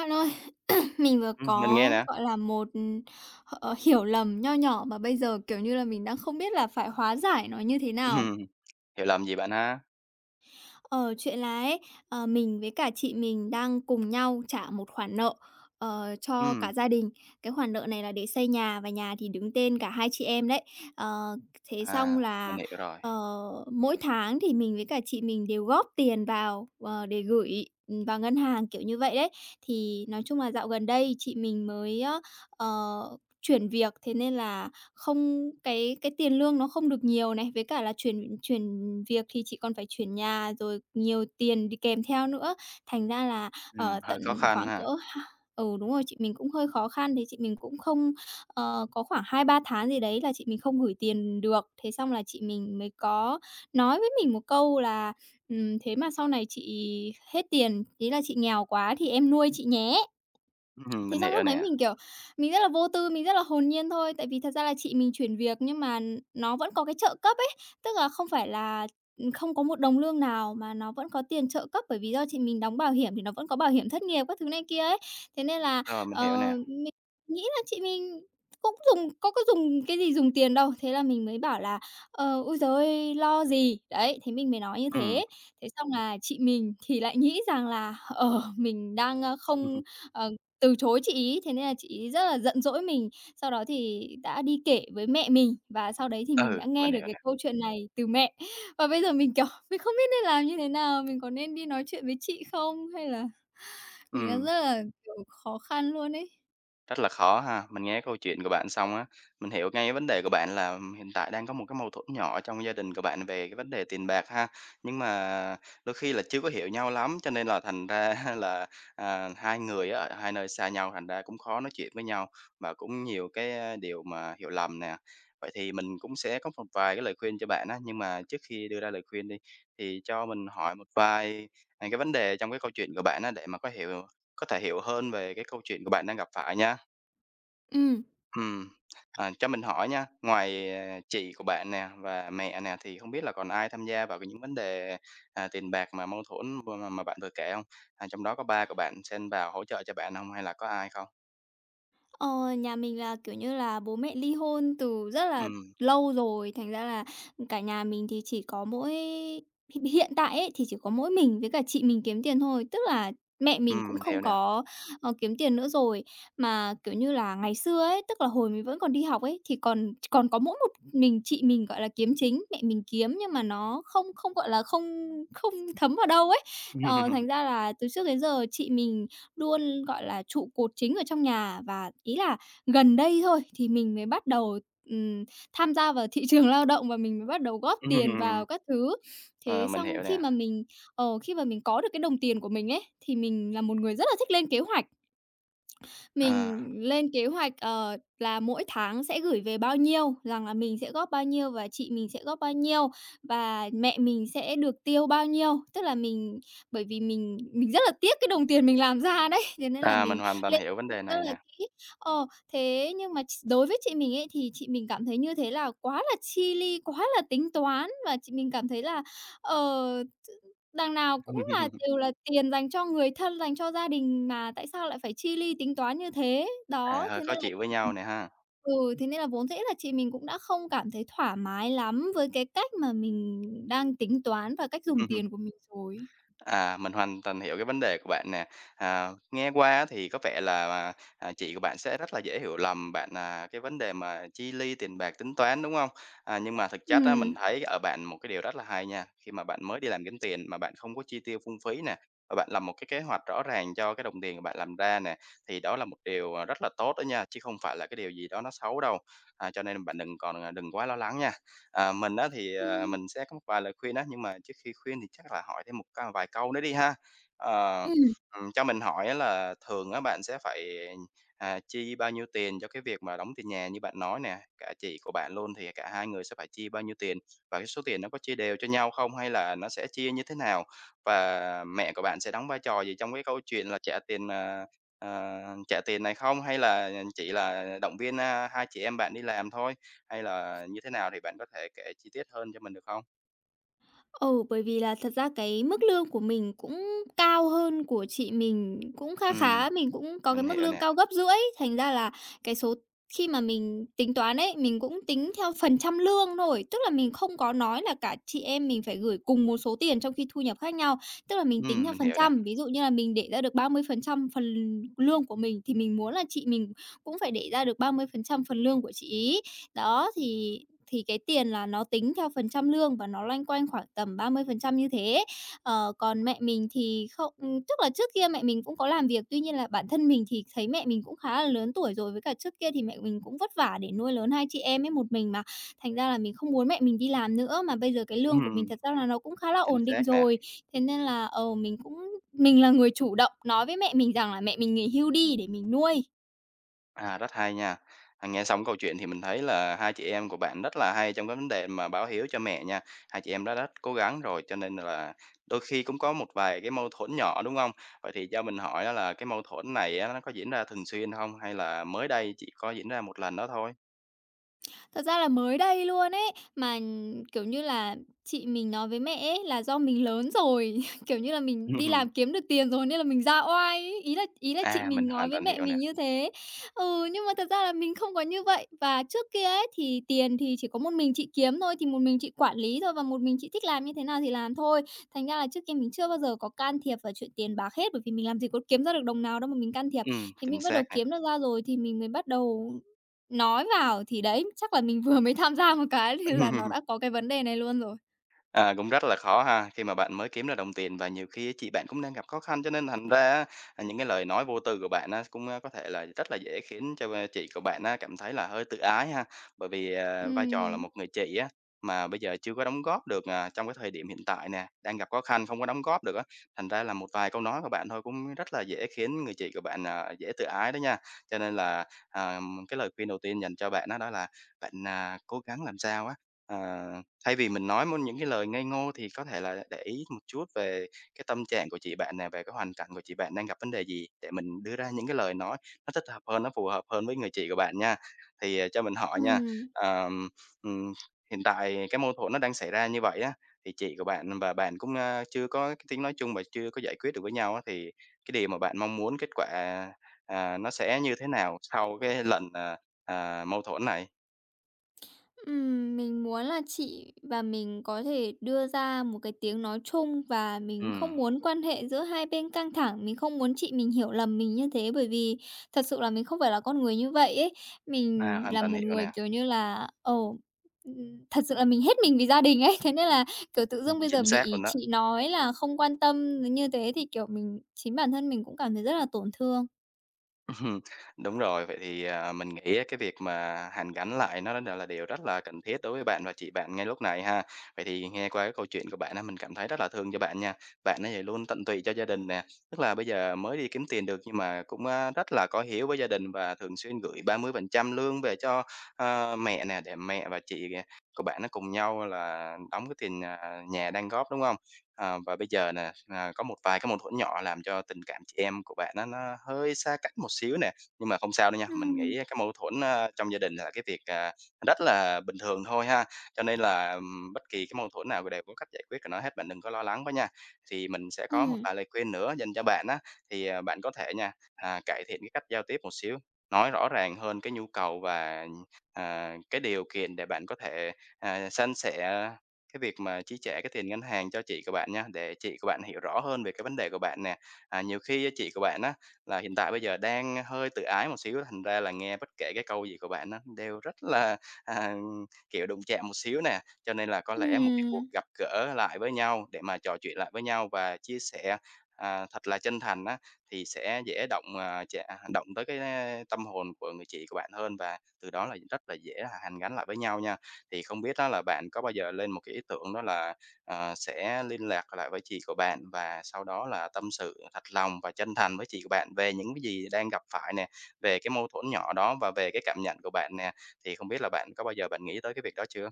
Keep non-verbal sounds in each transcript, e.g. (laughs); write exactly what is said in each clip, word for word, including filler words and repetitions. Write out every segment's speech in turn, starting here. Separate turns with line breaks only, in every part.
Bạn ơi, (clears throat) mình vừa
Ừm, mình nghe
có,
nè.
gọi là, một, ờ, hiểu lầm nho nhỏ mà bây giờ, kiểu như là, mình đang không biết là phải hóa giải nó như thế nào.
Ừm, hiểu lầm gì bạn ha?
Ờ, chuyện là ấy, ờ, mình với cả chị mình đang cùng nhau trả một khoản nợ, ờ, cho cả
Ừm,
gia đình. Cái khoản nợ này là để xây nhà và nhà thì đứng tên cả hai chị em đấy. Ờ, thế xong
à, mình
là,
hiểu rồi.
ờ, mỗi tháng thì mình với cả chị mình đều góp tiền vào, ờ, để gửi, vào ngân hàng, kiểu như vậy đấy. Thì nói chung là dạo gần đây chị mình mới á, ờ, chuyển việc, thế nên là không cái cái tiền lương nó không được nhiều này, với cả là chuyển chuyển việc thì chị còn phải chuyển nhà, rồi nhiều tiền đi kèm theo nữa. Thành ra là, ở
Ừm, hơi khó
tận
khăn
khoảng cỡ
ha.
ha. Ừ, đúng rồi, chị mình cũng hơi khó khăn, thế chị mình cũng không ờ, có khoảng hai ba tháng gì đấy là chị mình không gửi tiền được. Thế xong là chị mình mới có nói với mình một câu là: "Ừm, thế mà sau này chị hết tiền, ý là chị nghèo quá thì em nuôi chị nhé."
Ừm,
Thế
mình
xong
hiểu
lúc đấy
nè,
mình, kiểu, mình rất là vô tư, mình rất là hồn nhiên thôi, tại vì thật ra là chị mình chuyển việc nhưng mà nó vẫn có cái trợ cấp ấy, tức là không phải là, ừm, không có một đồng lương nào mà nó vẫn có tiền trợ cấp bởi vì do chị mình đóng bảo hiểm thì nó vẫn có bảo hiểm thất nghiệp các thứ này kia ấy. Thế nên là,
rồi, mình hiểu nè.
ờ, mình nghĩ là chị mình cũng dùng có có dùng cái gì dùng tiền đâu, thế là mình mới bảo là: "Ờ, ôi giời ơi, lo gì?" Đấy, thế mình mới nói như
Ừm,
thế. Thế xong là chị mình thì lại nghĩ rằng là, ờ, mình đang, ơ, không,
(laughs)
ờ từ chối chị ý, thế nên là chị ý rất là giận dỗi mình. Sau đó thì đã đi kể với mẹ mình, và sau đấy thì mình
ừ,
đã nghe
mình
được
hiểu
cái
nè.
câu chuyện này từ mẹ. Và bây giờ mình, kiểu, (laughs) mình không biết nên làm như thế nào, mình có nên đi nói chuyện với chị không? Hay là mình đang
Ừm.
rất là, kiểu, khó khăn luôn ấy.
Rất là khó ha. Mình nghe câu chuyện của bạn xong á, mình hiểu ngay cái vấn đề của bạn là hiện tại đang có một cái mâu thuẫn nhỏ trong gia đình của bạn về cái vấn đề tiền bạc ha. Nhưng mà đôi khi là chưa có hiểu nhau lắm, cho nên là thành ra (laughs) là, à, hai người á, ở hai nơi xa nhau, thành ra cũng khó nói chuyện với nhau và cũng nhiều cái, a, điều mà hiểu lầm nè. Vậy thì mình cũng sẽ có một vài cái lời khuyên cho bạn á, nhưng mà trước khi đưa ra lời khuyên đi, thì cho mình hỏi một vài, à, cái vấn đề trong cái câu chuyện của bạn á, để mà có hiểu có thể hiểu hơn về cái câu chuyện của bạn đang gặp phải nha.
Ừm.
Ừm, à, cho mình hỏi nha, ngoài, à, chị của bạn nè và mẹ nè, thì không biết là còn ai tham gia vào cái những vấn đề, à, tiền bạc mà mâu thuẫn mà mà mà bạn vừa kể không? À, trong đó có ba của bạn xen vào hỗ trợ cho bạn không hay là có ai không?
Ờ, nhà mình là, kiểu như là, bố mẹ ly hôn từ rất là
Ừm,
lâu rồi, thành ra là cả nhà mình thì chỉ có mỗi h hiện tại ấy, thì chỉ có mỗi mình với cả chị mình kiếm tiền thôi. Tức là mẹ mình
ừm,
cũng
mình
không
hiểu nè.
có, ờ, kiếm tiền nữa rồi. Mà, kiểu như là, ngày xưa ấy, tức là hồi mình vẫn còn đi học ấy, thì còn còn có mỗi một mình chị mình, gọi là, kiếm chính, mẹ mình kiếm nhưng mà nó không không, gọi là, không không thấm vào đâu ấy. Ờ, thành
(laughs)
ra là từ trước đến giờ chị mình luôn, gọi là, trụ cột chính ở trong nhà. Và ý là gần đây thôi thì mình mới bắt đầu, ừm, tham gia vào thị (laughs) trường lao động và mình mới bắt đầu góp tiền
Ừm,
vào các thứ. Thế
ờ, mình
xong
hiểu
khi
nè.
mà mình ờ, khi mà mình có được cái đồng tiền của mình ấy, thì mình là một người rất là thích lên kế hoạch.
À,
Mình lên kế hoạch, ờ, là mỗi tháng sẽ gửi về bao nhiêu, rằng là mình sẽ góp bao nhiêu và chị mình sẽ góp bao nhiêu, và mẹ mình sẽ được tiêu bao nhiêu. Tức là mình bởi vì mình mình rất là tiếc cái đồng tiền mình làm ra đấy, thế nên là
à, mình
mình
hoàn toàn
lên
hiểu vấn đề
rất
này
là
nè.
kỹ. Ờ, thế nhưng mà ch đối với chị mình ấy, thì chị mình cảm thấy như thế là quá là chi ly, quá là tính toán và chị mình cảm thấy là, ờ đằng nào cũng là
(laughs)
đều là tiền dành cho người thân, dành cho gia đình mà tại sao lại phải chi ly tính toán như thế?
À,
Đó,
hơi
thế
khó
nên là
chịu với
ừm.
nhau nè ha.
ừ, thế nên là vốn dĩ là chị mình cũng đã không cảm thấy thoải mái lắm với cái cách mà mình đang tính toán và cách dùng tiền
(laughs)
của mình rồi.
À, mình hoàn toàn hiểu cái vấn đề của bạn nè. À, nghe qua á thì có vẻ là, à, à, chị của bạn sẽ rất là dễ hiểu lầm bạn, à, cái vấn đề mà chi ly tiền bạc tính toán, đúng không? À, nhưng mà thực chất á,
Ừm,
mình thấy ở bạn một cái điều rất là hay nha, khi mà bạn mới đi làm kiếm tiền mà bạn không có chi tiêu phung phí nè, và bạn làm một cái kế hoạch rõ ràng cho cái đồng tiền của bạn làm ra nè, thì đó là một điều, à, rất là tốt đó nha, chứ không phải là cái điều gì đó nó xấu đâu. À, cho nên bạn đừng còn, à, đừng quá lo lắng nha. Ờ, mình á thì, ờ,
ừm.
mình sẽ có một vài lời khuyên á, nhưng mà trước khi khuyên thì chắc là hỏi thêm một c vài câu nữa đi ha. Ờ,
Ừm.
ừm, cho mình hỏi á là thường á bạn sẽ phải, à, chi bao nhiêu tiền cho cái việc mà đóng tiền nhà như bạn nói nè? Cả chị của bạn luôn thì cả hai người sẽ phải chi bao nhiêu tiền? Và cái số tiền nó có chia đều cho nhau không hay là nó sẽ chia như thế nào? Và mẹ của bạn sẽ đóng vai trò gì trong cái câu chuyện là trả tiền, ờ, ờ, trả tiền này không? Hay là ừ, chỉ là động viên, a, hai chị em bạn đi làm thôi? Hay là như thế nào thì bạn có thể kể chi tiết hơn cho mình được không?
Ừ, bởi vì là thật ra cái mức lương của mình cũng cao hơn của chị mình cũng kha
Ừm,
khá, mình cũng có cái
mình
mức
hiểu
lương
nè,
cao gấp rưỡi, thành ra là cái số khi mà mình tính toán ấy, mình cũng tính theo phần trăm lương thôi. Tức là mình không có nói là cả chị em mình phải gửi cùng một số tiền trong khi thu nhập khác nhau, tức là mình tính
ừm,
theo
mình
phần
hiểu nè,
trăm. Ví dụ như là mình để ra được ba mươi phần trăm phần lương của mình thì mình muốn là chị mình cũng phải để ra được ba mươi phần trăm phần trăm phần lương của chị ấy. Đó, thì thì cái tiền là nó tính theo phần trăm lương và nó loanh quanh khoảng tầm ba mươi phần trăm như thế ấy. Ờ, còn mẹ mình thì không ừm, tức là trước kia mẹ mình cũng có làm việc, tuy nhiên là bản thân mình thì thấy mẹ mình cũng khá là lớn tuổi rồi, với cả trước kia thì mẹ mình cũng vất vả để nuôi lớn hai chị em ấy một mình mà, thành ra là mình không muốn mẹ mình đi làm nữa. Mà bây giờ cái lương của mình
ừm,
thật ra là nó cũng khá là
chính
ổn
xác
định
nè,
rồi, thế nên là, ờ, mình cũng mình là người chủ động nói với mẹ mình rằng là mẹ mình nghỉ hưu đi để mình nuôi.
à, rất hay nha. À, nghe xong câu chuyện thì mình thấy là hai chị em của bạn rất là hay trong cái vấn đề mà báo hiếu cho mẹ nha, hai chị em đã rất cố gắng rồi, cho nên là đôi khi cũng có một vài cái mâu thuẫn nhỏ, đúng không? Vậy thì cho mình hỏi á là cái mâu thuẫn này á, nó có diễn ra thường xuyên không? Hay là mới đây chỉ có diễn ra một lần đó thôi?
Thật ra là mới đây luôn ấy, mà, kiểu như là, chị mình nói với mẹ ấy là do mình lớn rồi, (laughs) kiểu như là, mình đi làm
(laughs)
kiếm được tiền rồi nên là mình ra oai ấy, ý là ý là chị
À, mình
mình nói
hoàn
với
toàn
mẹ
hiểu nè,
mình như thế. Ừ, nhưng mà thật ra là mình không có như vậy. Và trước kia ấy, thì tiền thì chỉ có một mình chị kiếm thôi, thì một mình chị quản lý thôi và một mình chị thích làm như thế nào thì làm thôi. Thành ra là trước kia mình chưa bao giờ có can thiệp vào chuyện tiền bạc hết, bởi vì mình làm gì có kiếm ra được đồng nào đâu mà mình can thiệp.
ừm,
Thì
chính
mình bắt
xác
đầu
nè.
kiếm được ra rồi thì mình mới bắt đầu Nói vào thì đấy, chắc là mình vừa mới tham gia một cái thì là nó đã
(laughs)
có cái vấn đề này luôn rồi.
À, cũng rất là khó ha, khi mà bạn mới kiếm ra đồng tiền và nhiều khi á chị bạn cũng đang gặp khó khăn, cho nên thành ra á, à, những cái lời nói vô tư của bạn á, cũng, a, có thể là rất là dễ khiến cho, a, chị của bạn á cảm thấy là hơi tự ái ha. Bởi vì, à, vai trò là
Ừm,
một người chị á, mà bây giờ chưa có đóng góp được, à, trong cái thời điểm hiện tại nè, đang gặp khó khăn không có đóng góp được á, thành ra là một vài câu nói của bạn thôi cũng rất là dễ khiến người chị của bạn, à, dễ tự ái đó nha. Cho nên là, à, cái lời khuyên đầu tiên dành cho bạn á đó là bạn, à, cố gắng làm sao á, ờ Thay vì mình nói môn những cái lời ngây ngô thì có thể là để ý một chút về cái tâm trạng của chị bạn nè, về cái hoàn cảnh của chị bạn đang gặp vấn đề gì để mình đưa ra những cái lời nói nó thích hợp hơn, nó phù hợp hơn với người chị của bạn nha. Thì, ờ, cho mình hỏi nha,
ừm.
ờm, ừm, hiện tại cái mâu thuẫn nó đang xảy ra như vậy á, thì chị của bạn và bạn cũng, a, chưa có cái tiếng nói chung và chưa có giải quyết được với nhau á, thì cái điều mà bạn mong muốn kết quả, à, nó sẽ như thế nào sau cái lần, à, à, mâu thuẫn này?
Ừm, mình muốn là chị và mình có thể đưa ra một cái tiếng nói chung và mình không
Ừm,
muốn quan hệ giữa hai bên căng thẳng, mình không muốn chị mình hiểu lầm mình như thế bởi vì thật sự là mình không phải là con người như vậy ấy.
à,
Mình
hoàn
là
toàn
một
hiểu
người,
nè,
kiểu như là, ồ, ừm, thật sự là mình hết mình vì gia đình ấy, (laughs) thế nên là, kiểu, tự dưng bây
chính
giờ
xác
bị
luôn đó.
chị nói là không quan tâm như thế thì, kiểu, mình chính bản thân mình cũng cảm thấy rất là tổn thương.
Ừm, đúng rồi. Vậy thì, à, mình nghĩ á cái việc mà hàn gắn lại nó đ là điều rất là cần thiết đối với bạn và chị bạn ngay lúc này ha. Vậy thì nghe qua cái câu chuyện của bạn á, mình cảm thấy rất là thương cho bạn nha. Bạn á thì luôn tận tụy cho gia đình nè, tức là bây giờ mới đi kiếm tiền được nhưng mà cũng, a, rất là có hiếu với gia đình và thường xuyên gửi ba mươi phần trăm lương về cho, ờ, mẹ nè, để mẹ và chị, à, của bạn nó cùng nhau là đóng cái tiền, à, nhà đang góp, đúng không? Ờ, và bây giờ nè, à, có một vài cái mâu thuẫn nhỏ làm cho tình cảm chị em của bạn á nó hơi xa cách một xíu nè, nhưng mà không sao đâu nha.
Ừm,
Mình
ừm,
nghĩ cái mâu thuẫn, a, trong gia đình là cái việc, à, rất là bình thường thôi ha, cho nên là, ừm, bất kỳ cái mâu thuẫn nào đều có cách giải quyết của nó hết, bạn đừng có lo lắng quá nha. Thì mình sẽ có một
Ừm.
vài lời khuyên nữa dành cho bạn á, thì, à, bạn có thể nha, à, cải thiện cái cách giao tiếp một xíu, nói rõ ràng hơn cái nhu cầu và, à, cái điều kiện để bạn có thể, à, san sẻ cái việc mà chi trả cái tiền ngân hàng cho chị của bạn nha, để chị của bạn hiểu rõ hơn về cái vấn đề của bạn nè. À, nhiều khi á, chị của bạn á, là hiện tại bây giờ đang hơi tự ái một xíu, thành ra là nghe bất kể cái câu gì của bạn á, đều rất là, à, kiểu, đụng chạm một xíu nè. Cho nên là có lẽ một cái
ừm.
cuộc gặp gỡ lại với nhau để mà trò chuyện lại với nhau và chia sẻ, à, thật là chân thành á, thì sẽ dễ động, à, chạ động tới cái à, tâm hồn của người chị của bạn hơn và từ đó là rất là dễ là hàn gắn lại với nhau nha. Thì không biết đó là bạn có bao giờ lên một cái ý tưởng đó là, ờ, sẽ liên lạc lại với chị của bạn và sau đó là tâm sự thật lòng và chân thành với chị của bạn về những cái gì đang gặp phải nè, về cái mâu thuẫn nhỏ đó và về cái cảm nhận của bạn nè, thì không biết là bạn có bao giờ bạn nghĩ tới cái việc đó chưa?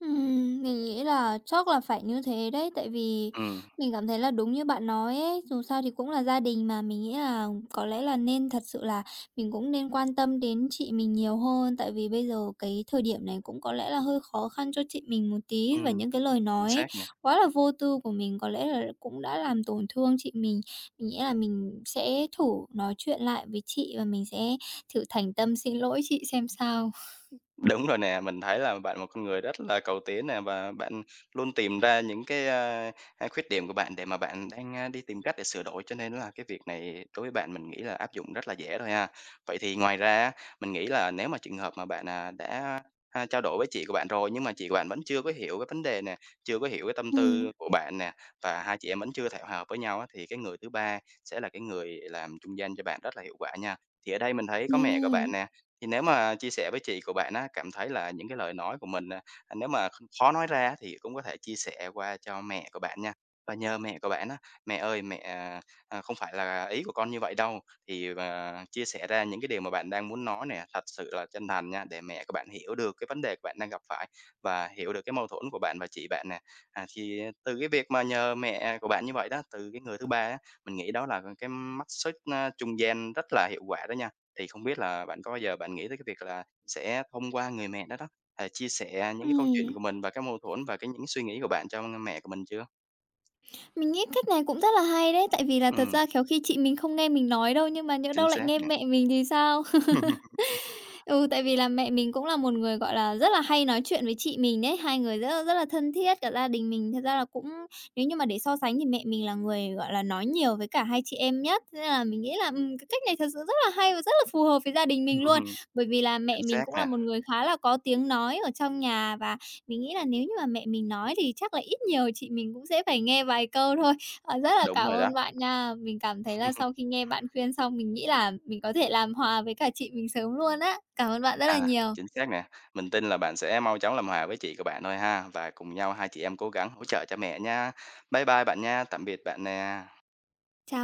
Ừm, mình nghĩ là chắc là phải như thế đấy, tại vì
Ừ,
mình cảm thấy là đúng như bạn nói ấy, dù sao thì cũng là gia đình mà, mình nghĩ là có lẽ là nên thật sự là mình cũng nên quan tâm đến chị mình nhiều hơn, tại vì bây giờ cái thời điểm này cũng có lẽ là hơi khó khăn cho chị mình một tí và
ừm,
những cái lời
chính
nói
xác nè.
quá là vô tư của mình có lẽ là cũng đã làm tổn thương chị mình. Mình nghĩ là mình sẽ thử nói chuyện lại với chị và mình sẽ thử thành tâm xin lỗi chị xem sao.
Đúng rồi nè, mình thấy là bạn một con người rất là cầu tiến nè và bạn luôn tìm ra những cái, a, a, khuyết điểm của bạn để mà bạn đang, a, đi tìm cách để sửa đổi, cho nên là cái việc này đối với bạn mình nghĩ là áp dụng rất là dễ thôi ha. Vậy thì ngoài ra á, mình nghĩ là nếu mà trường hợp mà bạn, à, đã, a, trao đổi với chị của bạn rồi nhưng mà chị của bạn vẫn chưa có hiểu cái vấn đề nè, chưa có hiểu cái tâm
Ừm,
tư của bạn nè, và hai chị em vẫn chưa thể hòa hợp với nhau á, thì cái người thứ ba sẽ là cái người làm trung gian cho bạn rất là hiệu quả nha. Thì ở đây mình thấy có mẹ của bạn
ừm,
nè, thì nếu mà chia sẻ với chị của bạn á, cảm thấy là những cái lời nói của mình, à, à, nếu mà kh khó nói ra thì cũng có thể chia sẻ qua cho mẹ của bạn nha, và nhờ mẹ của bạn á: "Mẹ ơi, mẹ, à, à, không phải là ý của con như vậy đâu." Thì, à, chia sẻ ra những cái điều mà bạn đang muốn nói nè, thật sự là chân thành nha, để mẹ của bạn hiểu được cái vấn đề của bạn đang gặp phải và hiểu được cái mâu thuẫn của bạn và chị bạn nè. À, thì à, từ cái việc mà nhờ mẹ của bạn như vậy đó, từ cái người thứ ba á, mình nghĩ đó là cái mắt xích, a, trung gian rất là hiệu quả đó nha. Thì không biết là bạn có bao giờ bạn nghĩ tới cái việc là sẽ thông qua người mẹ đó đó, à, chia sẻ những cái câu chuyện
ừm.
của mình và cái mâu thuẫn và cái những suy nghĩ của bạn cho mẹ của mình chưa?
Mình nghĩ cách này cũng rất là hay đấy, tại vì là thật
Ừm,
ra khéo khi chị mình không nghe mình nói đâu, nhưng mà nhỡ
chính
đâu lại
xác
nghe
nè.
mẹ mình thì sao? (laughs)
(laughs)
Ừ, tại vì là mẹ mình cũng là một người, gọi là, rất là hay nói chuyện với chị mình đấy, hai người rất là, rất là thân thiết. Cả gia đình mình thật ra là cũng Nếu như mà để so sánh thì mẹ mình là người, gọi là, nói nhiều với cả hai chị em nhất, thế nên là mình nghĩ là, ừm, cái cách này thật sự rất là hay và rất là phù hợp với gia đình mình luôn. Bởi vì là mẹ
Chính
mình
xác
cũng là
nè,
một người khá là có tiếng nói ở trong nhà và mình nghĩ là nếu như mà mẹ mình nói thì chắc là ít nhiều chị mình cũng sẽ phải nghe vài câu thôi. Ờ, rất là
đúng
cảm
rồi đó.
ơn bạn nha. Mình cảm thấy là sau khi nghe bạn khuyên xong mình nghĩ là mình có thể làm hòa với cả chị mình sớm luôn á. Cảm ơn bạn rất là
À,
nhiều.
chính xác nè. Mình tin là bạn sẽ mau chóng làm hòa với chị của bạn thôi ha, và cùng nhau hai chị em cố gắng hỗ trợ cho mẹ nha. Bye bye bạn nha, tạm biệt bạn nè.
Chào